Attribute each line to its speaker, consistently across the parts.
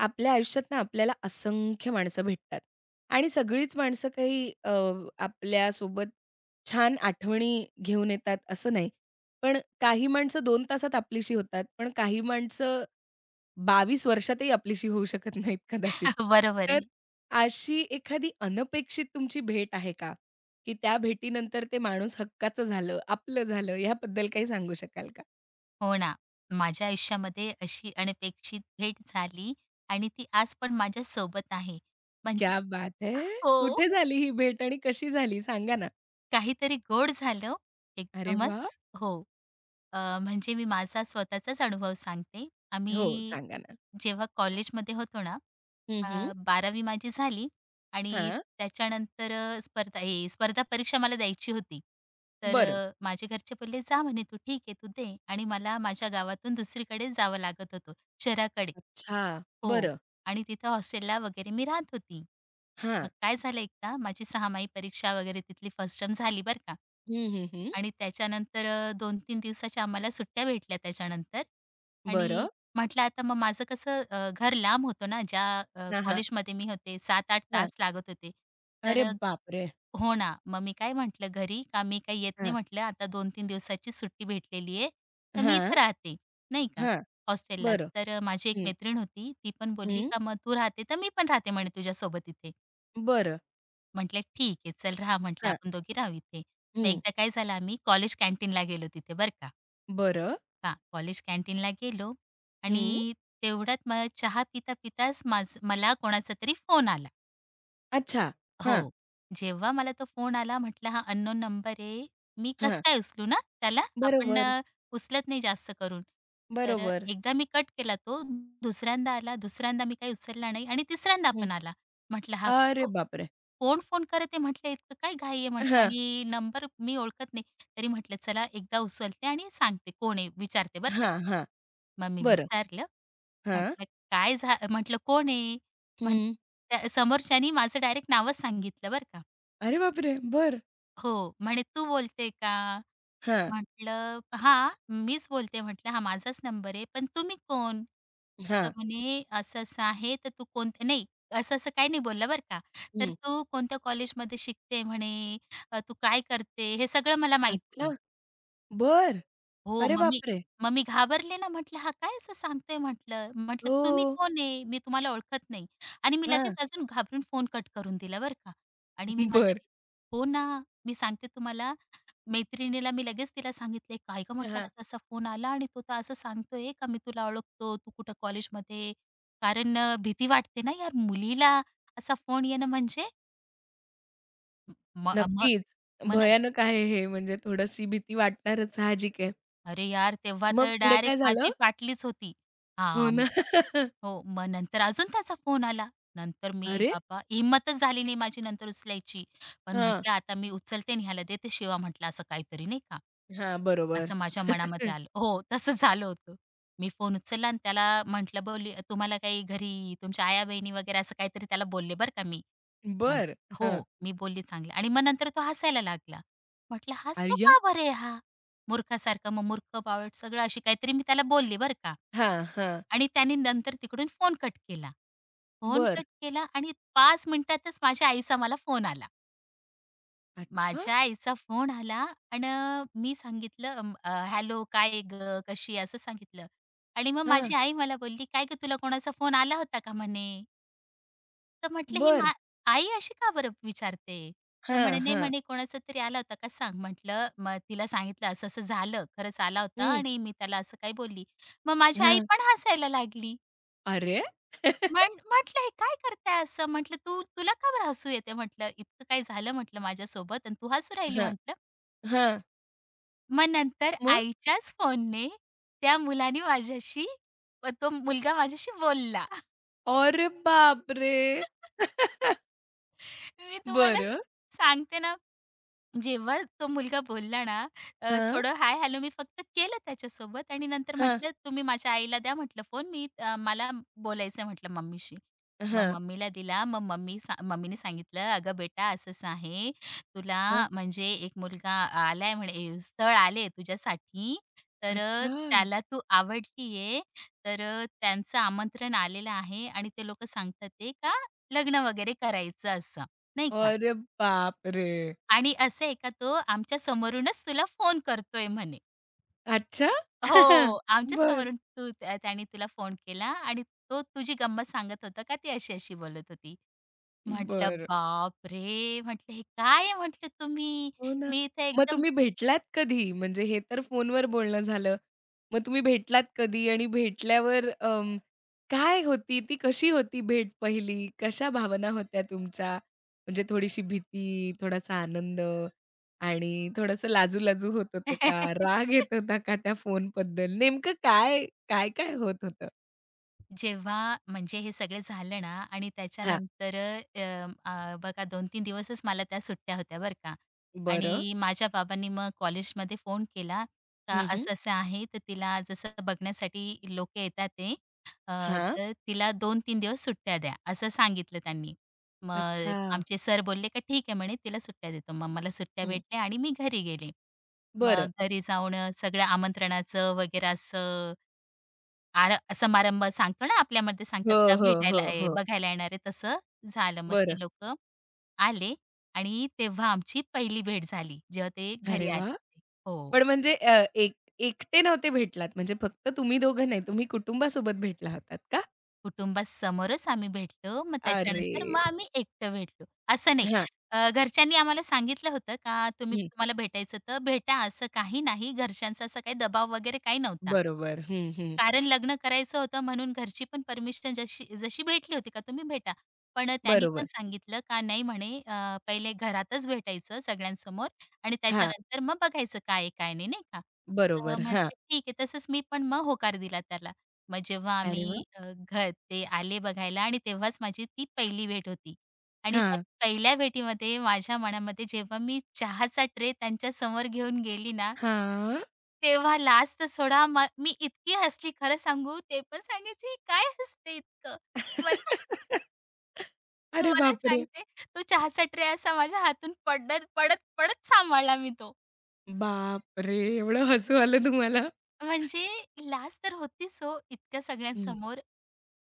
Speaker 1: आपल्या आयुष्यात ना आपल्याला असंख्य माणसं भेटतात आणि सगळीच माणसं काही आपल्यासोबत छान आठवणी घेऊन येतात असं नाही. पण काही माणसं 2 तासात आपलीशी होतात. पण काही माणसं 22 वर्षातही आपलीशी होऊ शकत नाहीत कदाचित.
Speaker 2: बरोबर आहे.
Speaker 1: तर अशी एखादी अनपेक्षित तुमची भेट आहे का? की त्या भेटीनंतर ते माणूस हक्काचं झालं, आपलं झालं याबद्दल काही सांगू शकाल का?
Speaker 2: हो ना. माझ्या आयुष्यामध्ये अशी अनपेक्षित भेट झाली आणि ती आज पण माझ्या सोबत आहे. म्हणजे
Speaker 1: क्या बात है!
Speaker 2: हो,
Speaker 1: कुठे झाली ही भेट आणि कशी झाली सांगा ना?
Speaker 2: काहीतरी गोड झालं
Speaker 1: अरे वाह!
Speaker 2: एकदमच. हो. म्हणजे मी माझा स्वतःचाच अनुभव सांगते.
Speaker 1: हो,
Speaker 2: आम्ही
Speaker 1: सांगा ना.
Speaker 2: जेव्हा कॉलेजमध्ये होतो ना,
Speaker 1: हं, हं.
Speaker 2: 12वी माझी झाली आणि
Speaker 1: हां,
Speaker 2: त्याच्यानंतर स्पर्धा परीक्षा मला द्यायची होती. तर
Speaker 1: बरं.
Speaker 2: माझे घरचे बोलले, "जा म्हणे तू ठीक आहे, तू दे." आणि मला माझ्या गावातून दुसरीकडे जावं लागत होतं, शहराकडे.
Speaker 1: अच्छा,
Speaker 2: हो.
Speaker 1: बरं.
Speaker 2: आणि तिथं हॉस्टेलला वगैरे मी राहत होती. मग
Speaker 1: हां.
Speaker 2: काय झालं एकदा माझी 6माही परीक्षा वगैरे तिथली फर्स्ट टर्म झाली बरं का.
Speaker 1: हं, हं, हं.
Speaker 2: आणि त्याच्यानंतर 2-3 दिवसाच्या आम्हाला सुट्ट्या भेटल्या त्याच्यानंतर आणि
Speaker 1: बरं.
Speaker 2: म्हटलं आता मग माझं कसं घर लांब होतं ना ज्या
Speaker 1: हां, हां.
Speaker 2: कॉलेजमध्ये मी होते 7-8
Speaker 1: हां.
Speaker 2: तास लागत होते. तर
Speaker 1: अरे बापरे!
Speaker 2: हो ना. मग मी काय म्हटलं घरी का मी काही येत नाही
Speaker 1: हां.
Speaker 2: म्हटलं आता 2-3 दिवसाची सुट्टी भेटलेली आहे. तर मी
Speaker 1: हां,
Speaker 2: इथं राहते, नाही का,
Speaker 1: हां.
Speaker 2: हॉस्टेललाच.
Speaker 1: बरं.
Speaker 2: तर माझी एक
Speaker 1: हं.
Speaker 2: मैत्रीण होती. ती पण बोलली
Speaker 1: हं.
Speaker 2: का "मग तू राहते तर मी पण राहते म्हणे तुझ्यासोबत इथे."
Speaker 1: बरं.
Speaker 2: म्हटलं "ठीक आहे चल राहा." म्हटलं
Speaker 1: हां.
Speaker 2: "आपण दोघी राहू इथे." मग
Speaker 1: हं.
Speaker 2: एकदा काय झालं आम्ही कॉलेज कॅन्टीनला गेलो तिथे बरं का.
Speaker 1: बरं.
Speaker 2: हां, कॉलेज कॅन्टीनला गेलो आणि
Speaker 1: हं.
Speaker 2: तेवढ्यात मग चहा पिता-पिताच माझं मला कोणाचा तरी फोन आला.
Speaker 1: अच्छा. हां,
Speaker 2: हो. जेव्हा मला तो फोन आला म्हटलं हा अननोन नंबर आहे. मी कसं
Speaker 1: हां.
Speaker 2: काय उचलू ना त्याला? आपण
Speaker 1: बरोबर,
Speaker 2: उचलत नाही जास्त करून. तर
Speaker 1: बरोबर.
Speaker 2: एकदा मी कट केला तो. दुसऱ्यांदा आला, दुसऱ्यांदा मी काही उचलला नाही आणि तिसऱ्यांदा
Speaker 1: हं.
Speaker 2: पण आला. म्हटलं हा
Speaker 1: अरे बापरे!
Speaker 2: कोण फोन करत आहे म्हटलं, इतकं काय घाई आहे म्हटलं
Speaker 1: हां,
Speaker 2: आणि नंबर मी ओळखत नाही. तरी म्हटलं चला एकदा उचलते आणि सांगते कोण आहे, विचारते बरं
Speaker 1: हां,
Speaker 2: का.
Speaker 1: हां.
Speaker 2: मग मी
Speaker 1: बरं.
Speaker 2: विचारलं.
Speaker 1: हां.
Speaker 2: म्हटलं काय झा म्हटलं कोण आहे? म्हण
Speaker 1: हं.
Speaker 2: त्या समोरच्यानी माझं डायरेक्ट नावच सांगितलं बरं का.
Speaker 1: अरे बापरे! बरं.
Speaker 2: हो, म्हणे तू बोलते का?
Speaker 1: हां,
Speaker 2: म्हटलं, "हां, मीच बोलते." म्हटलं, "हा माझाच नंबर आहे, पण तुम्ही कोण?"
Speaker 1: हं.
Speaker 2: तर
Speaker 1: हां.
Speaker 2: म्हणे, "असं-असं आहे, तर तू कोणत्या" नाही, असं-असं काही नाही बोलला बरं का. "तर तू कोणत्या कॉलेजमध्ये शिकते?" म्हणे, तू काय करते?" हे सगळं मला माहिती
Speaker 1: अच्छा,
Speaker 2: आहे.
Speaker 1: बरं.
Speaker 2: हो,
Speaker 1: अरे
Speaker 2: मग मी
Speaker 1: बापरे!
Speaker 2: मग मी घाबरले ना, म्हटलं, "हा काय असं सांगतोय?" म्हटलं. म्हटलं,
Speaker 1: हो.
Speaker 2: "तुम्ही कोण आहे? मी तुम्हाला ओळखत नाही." आणि मी लगेच
Speaker 1: हां,
Speaker 2: अजून घाबरून फोन कट करून दिला बरं का. आणि मी माझ्या
Speaker 1: बरं.
Speaker 2: हो ना, मी सांगते तुम्हाला मैत्रिणीला मी लगेच तिला सांगितले, "काय गं?" म्हटलं,
Speaker 1: हां,
Speaker 2: "असा-असा फोन आला आणि तो तर असं सांगतोय का मी तुला ओळखतो, तू कुठं कॉलेजमध्ये?" कारण भीती वाटते ना यार मुलीला असा फोन येणं म्हणजे म म
Speaker 1: नक्कीच.
Speaker 2: मग नंतर
Speaker 1: भयानक आहे हे म्हणजे थोडीशी भीती वाटणारच साहजिक आहे.
Speaker 2: अरे यार! तेव्हा
Speaker 1: मग
Speaker 2: तर
Speaker 1: पुढे काय
Speaker 2: डायरेक्ट
Speaker 1: झालं?
Speaker 2: माझी फाटलीच होती.
Speaker 1: हो ना.
Speaker 2: हां, हो. मग नंतर अजून त्याचा फोन आला. नंतर मी
Speaker 1: अरे!
Speaker 2: बाबा हिंमतच झाली नाही माझी नंतर उचलायची. पण
Speaker 1: हां,
Speaker 2: म्हटलं, "आता मी उचलते आणि ह्याला देते शिवा," म्हटलं, "असं काहीतरी," नाही का?
Speaker 1: हां, बरोबर.
Speaker 2: असं माझ्या मनामध्ये आलं. हो, तसं झालं होतं. मी फोन उचलला आणि त्याला म्हटलं, "बोलली तुम्हाला काही घरी तुमच्या आया-बहिणी वगैरे असं काहीतरी त्याला बोलले बरं का मी." म्हण
Speaker 1: बर, हां.
Speaker 2: "हो, मी बोलली चांगलं." आणि मग नंतर तो हसायला लागला. म्हटलं, "हसतो
Speaker 1: अय्या!
Speaker 2: का बरे हा? मूर्खासारखा." मग मूर्ख, बावळट सगळं अशी काहीतरी मी त्याला बोलली बरं का.
Speaker 1: हां, हां.
Speaker 2: आणि त्याने नंतर तिकडून फोन कट केला. फोन
Speaker 1: बरं.
Speaker 2: कट केला आणि 5 मिनिटातच माझ्या आईचा मला फोन आला.
Speaker 1: अच्छा!
Speaker 2: माझ्या आईचा फोन आला आणि मी सांगितलं हॅलो काय गं कशी आहे? असं सांगितलं आणि मग
Speaker 1: हां,
Speaker 2: माझी आई मला बोलली, "काय गं तुला कोणाचा फोन आला होता का?" म्हणे. तर म्हटलं, "ही
Speaker 1: बर,
Speaker 2: मा आई अशी का बरं विचारते?" तर
Speaker 1: हां,
Speaker 2: म्हणे, "नाही
Speaker 1: हां.
Speaker 2: म्हणे कोणाचा तरी आला होता का सांग." म्हटलं मग तिला सांगितलं, "असं-असं झालं. खरंच आला होता
Speaker 1: हं,
Speaker 2: आणि मी त्याला असं काही बोलली." मग माझी आई
Speaker 1: हां.
Speaker 2: पण हसायला लागली.
Speaker 1: अरे!
Speaker 2: म्हटलं, "हे काय करताय असं?" म्हटलं, "तू तुला का बरं हसू येते?" म्हटलं, "इतकं काय झालं?" म्हटलं, "माझ्यासोबत आणि तू हसू राहिली."
Speaker 1: हां,
Speaker 2: म्हटलं.
Speaker 1: हां.
Speaker 2: मग नंतर
Speaker 1: मग?
Speaker 2: आईच्याच फोनने त्या मुलाने माझ्याशी तो मुलगा माझ्याशी बोलला.
Speaker 1: अरे बापरे!
Speaker 2: मी तुम्हाला
Speaker 1: बरं.
Speaker 2: सांगते ना जेव्हा तो मुलगा बोलला ना,
Speaker 1: हां,
Speaker 2: थोडं हाय, हॅलो मी फक्त केलं त्याच्यासोबत आणि नंतर
Speaker 1: हां,
Speaker 2: म्हटलं, "तुम्ही माझ्या आईला द्या" म्हटलं फोन मी मला बोलायचं म्हटलं मम्मीशी. मग
Speaker 1: हां,
Speaker 2: मम्मीला दिला. मग मम्मीने सांगितलं, "अगं बेटा असं-असं आहे. तुला
Speaker 1: हां.
Speaker 2: म्हणजे एक मुलगा आलाय म्हणे स्थळ आले तुझ्यासाठी. तर
Speaker 1: अच्छा!
Speaker 2: त्याला तू आवडली तर त्यांचं आमंत्रण आलेलं आहे आणि ते लोकं सांगतात आहे का लग्न वगैरे करायचं असं, नाही का?"
Speaker 1: अरे बापरे!
Speaker 2: आणि असं आहे का तो आमच्या समोरूनच तुला फोन करतोय म्हणे.
Speaker 1: अच्छा.
Speaker 2: हो, आमच्या
Speaker 1: बर,
Speaker 2: समोरून तू त्या त्याने तुला फोन केला आणि तो तुझी गंमत सांगत होता का ती अशी-अशी बोलत होती. म्हटलं
Speaker 1: बर.
Speaker 2: बापरे! म्हटलं हे काय आहे म्हटलं तुम्ही?
Speaker 1: हो ना.
Speaker 2: मी इथे
Speaker 1: मग
Speaker 2: एकदम
Speaker 1: तुम्ही भेटलात कधी? म्हणजे हे तर फोनवर बोलणं झालं. मग तुम्ही भेटलात कधी? आणि भेटल्यावर काय होती ती कशी होती भेट पहिली? कशा भावना होत्या तुमच्या? म्हणजे थोडीशी भीती, थोडासा आनंद आणि थोडंसं लाजू-लाजू होत होतं का? राग येत होता का त्या फोनबद्दल? नेमकं काय, काय-काय होत होतं?
Speaker 2: जेव्हा म्हणजे हे सगळं झालं ना आणि
Speaker 1: हां.
Speaker 2: त्याच्यानंतर बघा 2-3 दिवसच मला त्या सुट्ट्या होत्या बरं का.
Speaker 1: बरं.
Speaker 2: आणि माझ्या बाबांनी मग कॉलेजमध्ये फोन केला का
Speaker 1: हं, हं.
Speaker 2: असं-असं आहे, तर तिला जसं बघण्यासाठी लोकं येतात ते अ,
Speaker 1: हां.
Speaker 2: तर तिला 2-3 दिवस सुट्ट्या द्या, असं सांगितलं त्यांनी. मग
Speaker 1: अच्छा.
Speaker 2: आमचे सर बोलले का ठीक आहे म्हणे तिला सुट्ट्या देतो. मग मला सुट्ट्या
Speaker 1: हं.
Speaker 2: भेटल्या आणि मी घरी गेले.
Speaker 1: बरं.
Speaker 2: मग घरी जाऊन सगळं आमंत्रणाचं वगैरे असं आर समारंभ सांगतो ना आपल्यामध्ये
Speaker 1: हो,
Speaker 2: सांगतात का
Speaker 1: हो, हो,
Speaker 2: भेटायला
Speaker 1: हो.
Speaker 2: बघायला येणार आहे तसं झालं. मग
Speaker 1: बरं.
Speaker 2: ते लोक आले आणि तेव्हा आमची पहिली भेट झाली, जेव्हा ते
Speaker 1: अरे
Speaker 2: घरी आले
Speaker 1: वाह!
Speaker 2: होते. हो,
Speaker 1: पण म्हणजे एक एकटे नव्हते भेटलात म्हणजे फक्त तुम्ही दोघं नाही, तुम्ही कुटुंबासोबत भेटला होतात का?
Speaker 2: कुटुंबासमोरच आम्ही भेटलो. मग
Speaker 1: अरे!
Speaker 2: त्याच्यानंतर मग आम्ही एकटं भेटलो. असं नाही
Speaker 1: हां.
Speaker 2: घरच्यांनी आम्हाला सांगितलं होतं का तुम्ही
Speaker 1: हं.
Speaker 2: तुम्हाला भेटायचं तर भेटा, असं काही नाही. घरच्यांचा असा काही दबाव वगैरे काही नव्हता.
Speaker 1: बरोबर. हं, हं.
Speaker 2: कारण लग्न करायचं होतं म्हणून घरची पण परमिशन जशी जशी भेटली होती का तुम्ही भेटा. पण त्यांनी पण
Speaker 1: बरोबर.
Speaker 2: सांगितलं का नाही म्हणे पहिले घरातच भेटायचं सगळ्यांसमोर आणि
Speaker 1: हां.
Speaker 2: त्याच्यानंतर मग बघायचं काय आहे काय नाही, नाही का? तर
Speaker 1: बरोबर. हां.
Speaker 2: म्हटलं ठीक आहे. तसंच मी पण मग होकार दिला त्याला. मग जेव्हा
Speaker 1: अरे वाह!
Speaker 2: आम्ही ते आले बघायला आणि तेव्हाच माझी ती पहिली भेट होती. आणि त्या
Speaker 1: हां.
Speaker 2: पहिल्या भेटीमध्ये माझ्या मनामध्ये जेव्हा मी चहाचा ट्रे त्यांच्यासमोर घेऊन गेली ना,
Speaker 1: हां.
Speaker 2: तेव्हा लाज सोडा मी इतकी हसली खरं सांगू ते पण सांगायचे, "ही काय हसते इतकं?" मला
Speaker 1: अरे
Speaker 2: तुम्हाला
Speaker 1: बापरे!
Speaker 2: सांगते तो चहाचा ट्रे असा माझ्या हातून पडत, पडत, पडत सांभाळला मी तो.
Speaker 1: बापरे! एवढं हसू आलं तुम्हाला?
Speaker 2: म्हणजे लाज तर होतीच हो इतक्या
Speaker 1: हं.
Speaker 2: सगळ्यांसमोर.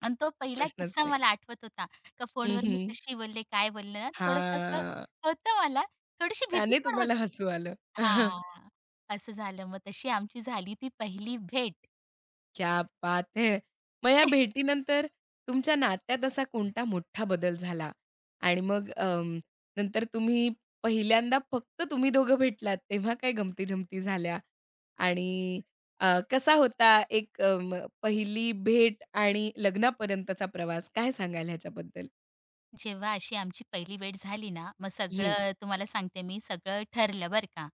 Speaker 2: आणि तो पहिला
Speaker 1: प्रश्नच
Speaker 2: किस्सा
Speaker 1: नाही.
Speaker 2: मला आठवत होता. का
Speaker 1: हं,
Speaker 2: फोनवर मी
Speaker 1: हं.
Speaker 2: कशी बोलले, काय बोलले ना, थोडंसं असं
Speaker 1: हां.
Speaker 2: होतं मला. थोडीशी भीती
Speaker 1: त्याने
Speaker 2: पण
Speaker 1: तुम्हाला
Speaker 2: होती.
Speaker 1: हसू आलं.
Speaker 2: हां, असं झालं. मग तशी आमची झाली ती पहिली भेट.
Speaker 1: क्या बात है! मग या भेटीनंतर तुमच्या नात्यात असा कोणता मोठा बदल झाला? आणि मग नंतर तुम्ही पहिल्यांदा फक्त तुम्ही दोघं भेटलात, तेव्हा काय गमती-जमती झाल्या? आणि अ, कसा होता एक अ, म पहिली भेट आणि लग्नापर्यंतचा प्रवास? काय सांगाल ह्याच्याबद्दल?
Speaker 2: जेव्हा अशी आमची पहिली भेट झाली ना, मग हं.
Speaker 1: हं,
Speaker 2: सगळं तुम्हाला सांगते मी सगळं ठरलं बरं का.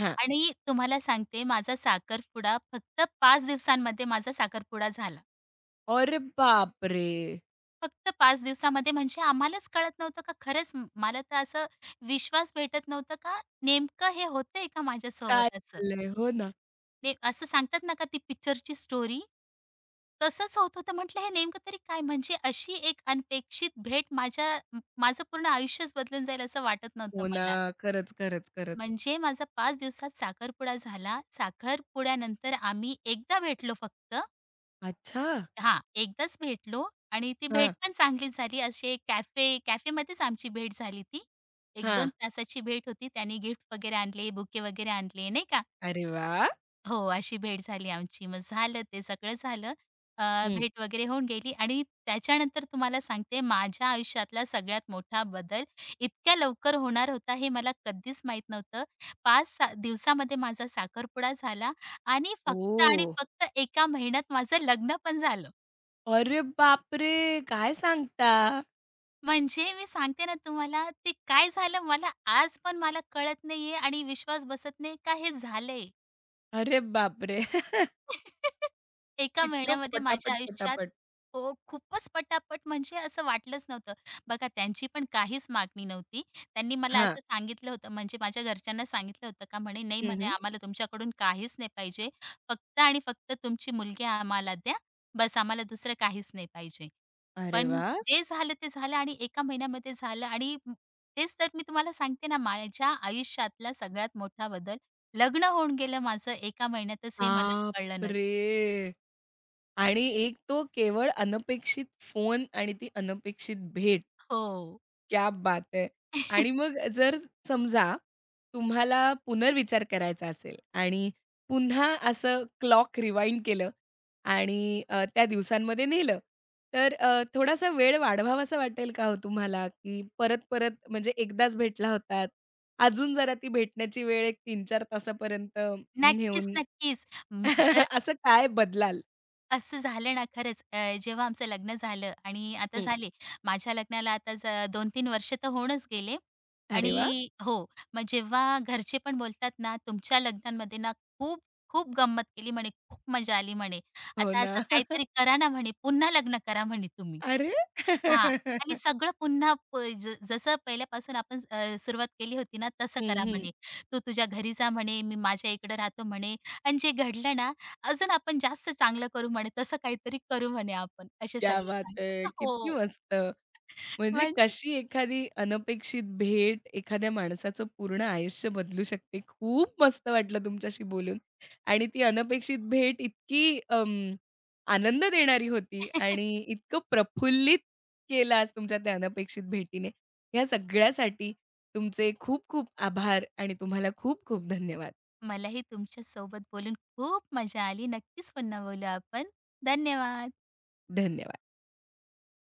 Speaker 1: हां.
Speaker 2: आणि तुम्हाला सांगते माझा साखरपुडा फक्त 5 दिवसांमध्ये माझा साखरपुडा झाला.
Speaker 1: अरे बापरे!
Speaker 2: फक्त 5 दिवसामध्ये म्हणजे आम्हालाच कळत नव्हतं का खरंच मला तर असं विश्वास भेटत नव्हता का नेमकं हे होतंय का
Speaker 1: काय
Speaker 2: माझ्यासोबत असं.
Speaker 1: चाललंय? हो ना.
Speaker 2: ते असं सांगतात ना का ती पिक्चरची स्टोरी तसंच होत होतं. म्हटलं हे नेमकं तरी काय म्हणजे अशी एक अनपेक्षित भेट माझ्या माझं पूर्ण आयुष्यच बदलून जाईल असं वाटत नव्हतं
Speaker 1: हो ना.
Speaker 2: मला.
Speaker 1: खरंच, खरंच, खरंच.
Speaker 2: म्हणजे माझा 5 दिवसात साखरपुडा झाला. साखरपुड्यानंतर आम्ही एकदा भेटलो फक्त.
Speaker 1: अच्छा!
Speaker 2: हां, एकदाच भेटलो आणि ती भेट
Speaker 1: हां,
Speaker 2: पण चांगलीच झाली. असे कॅफेमध्येच आमची भेट झाली ती.
Speaker 1: हां.
Speaker 2: 1-2 तासाची भेट होती. त्याने गिफ्ट वगैरे आणले, बुके वगैरे आणले, नाही का?
Speaker 1: अरे वाह!
Speaker 2: हो, अशी भेट झाली आमची. मग झालं ते सगळं झालं. अ, भेट वगैरे होऊन गेली आणि त्याच्यानंतर तुम्हाला सांगते माझ्या आयुष्यातला सगळ्यात मोठा बदल इतक्या लवकर होणार होता हे मला कधीच माहीत नव्हतं. 5-6 दिवसामध्ये माझा साखरपुडा झाला आणि फक्त
Speaker 1: ओह!
Speaker 2: आणि फक्त एका महिन्यात माझं लग्न पण झालं.
Speaker 1: अरे बापरे! काय सांगता?
Speaker 2: म्हणजे मी सांगते ना तुम्हाला ते काय झालं मला आज पण मला कळत नाहीये आणि विश्वास बसत नाही का हे झालंय.
Speaker 1: अरे बापरे!
Speaker 2: एका
Speaker 1: इतकं
Speaker 2: महिन्यामध्ये
Speaker 1: पटापट,
Speaker 2: माझ्या आयुष्यात
Speaker 1: पटापट.
Speaker 2: हो, खूपच पटापट म्हणजे असं वाटलंच नव्हतं. बघा त्यांची पण काहीच मागणी नव्हती. त्यांनी मला
Speaker 1: हां.
Speaker 2: असं सांगितलं होतं म्हणजे माझ्या घरच्यांना सांगितलं होतं का म्हणे, "नाही
Speaker 1: हं,
Speaker 2: म्हणे
Speaker 1: हं.
Speaker 2: आम्हाला तुमच्याकडून काहीच नाही पाहिजे. फक्त आणि फक्त तुमची मुलगी आम्हाला द्या. बस आम्हाला दुसरं काहीच नाही पाहिजे."
Speaker 1: अरे
Speaker 2: पण
Speaker 1: वाह!
Speaker 2: जे झालं ते झालं आणि एका महिन्यामध्ये झालं तेच तर मी तुम्हाला सांगते ना माझ्या आयुष्यातला सगळ्यात मोठा बदल लग्न होऊन गेलं माझं एका महिन्यातच हे मला कळलं नाही.
Speaker 1: बापरे! आणि एक तो केवळ अनपेक्षित फोन आणि ती अनपेक्षित भेट.
Speaker 2: हो.
Speaker 1: क्या बात है! आणि मग जर समजा तुम्हाला पुनर्विचार करायचा असेल आणि पुन्हा असं क्लॉक रिवाइंड केलं आणि त्या दिवसांमध्ये नेलं, तर थोडासा वेळ वाढवावासा वाटेल का हो तुम्हाला? की परत-परत म्हणजे एकदाच भेटला होतात, अजून जरा ती भेटण्याची वेळ एक 3-4 तासापर्यंत
Speaker 2: नक्कीच,
Speaker 1: नेऊन
Speaker 2: नक्कीच. जर
Speaker 1: असं काय बदलाल?
Speaker 2: असं झालं ना खरंच जेव्हा आमचं लग्न झालं आणि आता
Speaker 1: हं.
Speaker 2: झाले माझ्या लग्नाला आता 2 तीन वर्ष तर होऊनच गेले
Speaker 1: अरे वाह!
Speaker 2: आणि हो, मग जेव्हा घरचे पण बोलतात ना, "तुमच्या लग्नांमध्ये ना खूप खूप गंमत केली" म्हणे, "खूप मजा आली" म्हणे.
Speaker 1: हो
Speaker 2: "आता
Speaker 1: ना.
Speaker 2: असं काहीतरी करा ना" म्हणे, "पुन्हा लग्न करा" म्हणे तुम्ही.
Speaker 1: अरे!
Speaker 2: हां. आणि सगळं पुन्हा प ज जसं पहिल्यापासून आपण सुरुवात केली होती ना, तसं
Speaker 1: हं,
Speaker 2: करा
Speaker 1: हं.
Speaker 2: म्हणे. तू तुझ्या घरी जा म्हणे, मी माझ्या इकडं राहतो म्हणे आणि जे घडलं ना, अजून आपण जास्त चांगलं करू म्हणे, तसं काहीतरी करू म्हणे आपण, असे
Speaker 1: क्या
Speaker 2: सगळे
Speaker 1: बात है!
Speaker 2: सांगतात.
Speaker 1: किती
Speaker 2: हो,
Speaker 1: मस्त. म्हणजे
Speaker 2: म्हणजे
Speaker 1: कशी एखादी अनपेक्षित भेट एखाद्या माणसाचं पूर्ण आयुष्य बदलू शकते. खूप मस्त वाटलं तुमच्याशी बोलून आणि ती अनपेक्षित भेट इतकी आनंद देणारी होती आणि इतकं प्रफुल्लित केलं आज तुमच्या त्या अनपेक्षित भेटीने. या सगळ्यासाठी तुमचे खूप खूप आभार आणि तुम्हाला खूप खूप धन्यवाद.
Speaker 2: मलाही तुमच्यासोबत बोलून खूप मजा आली. नक्कीच पुन्हा बोलू आपण. धन्यवाद.
Speaker 1: धन्यवाद.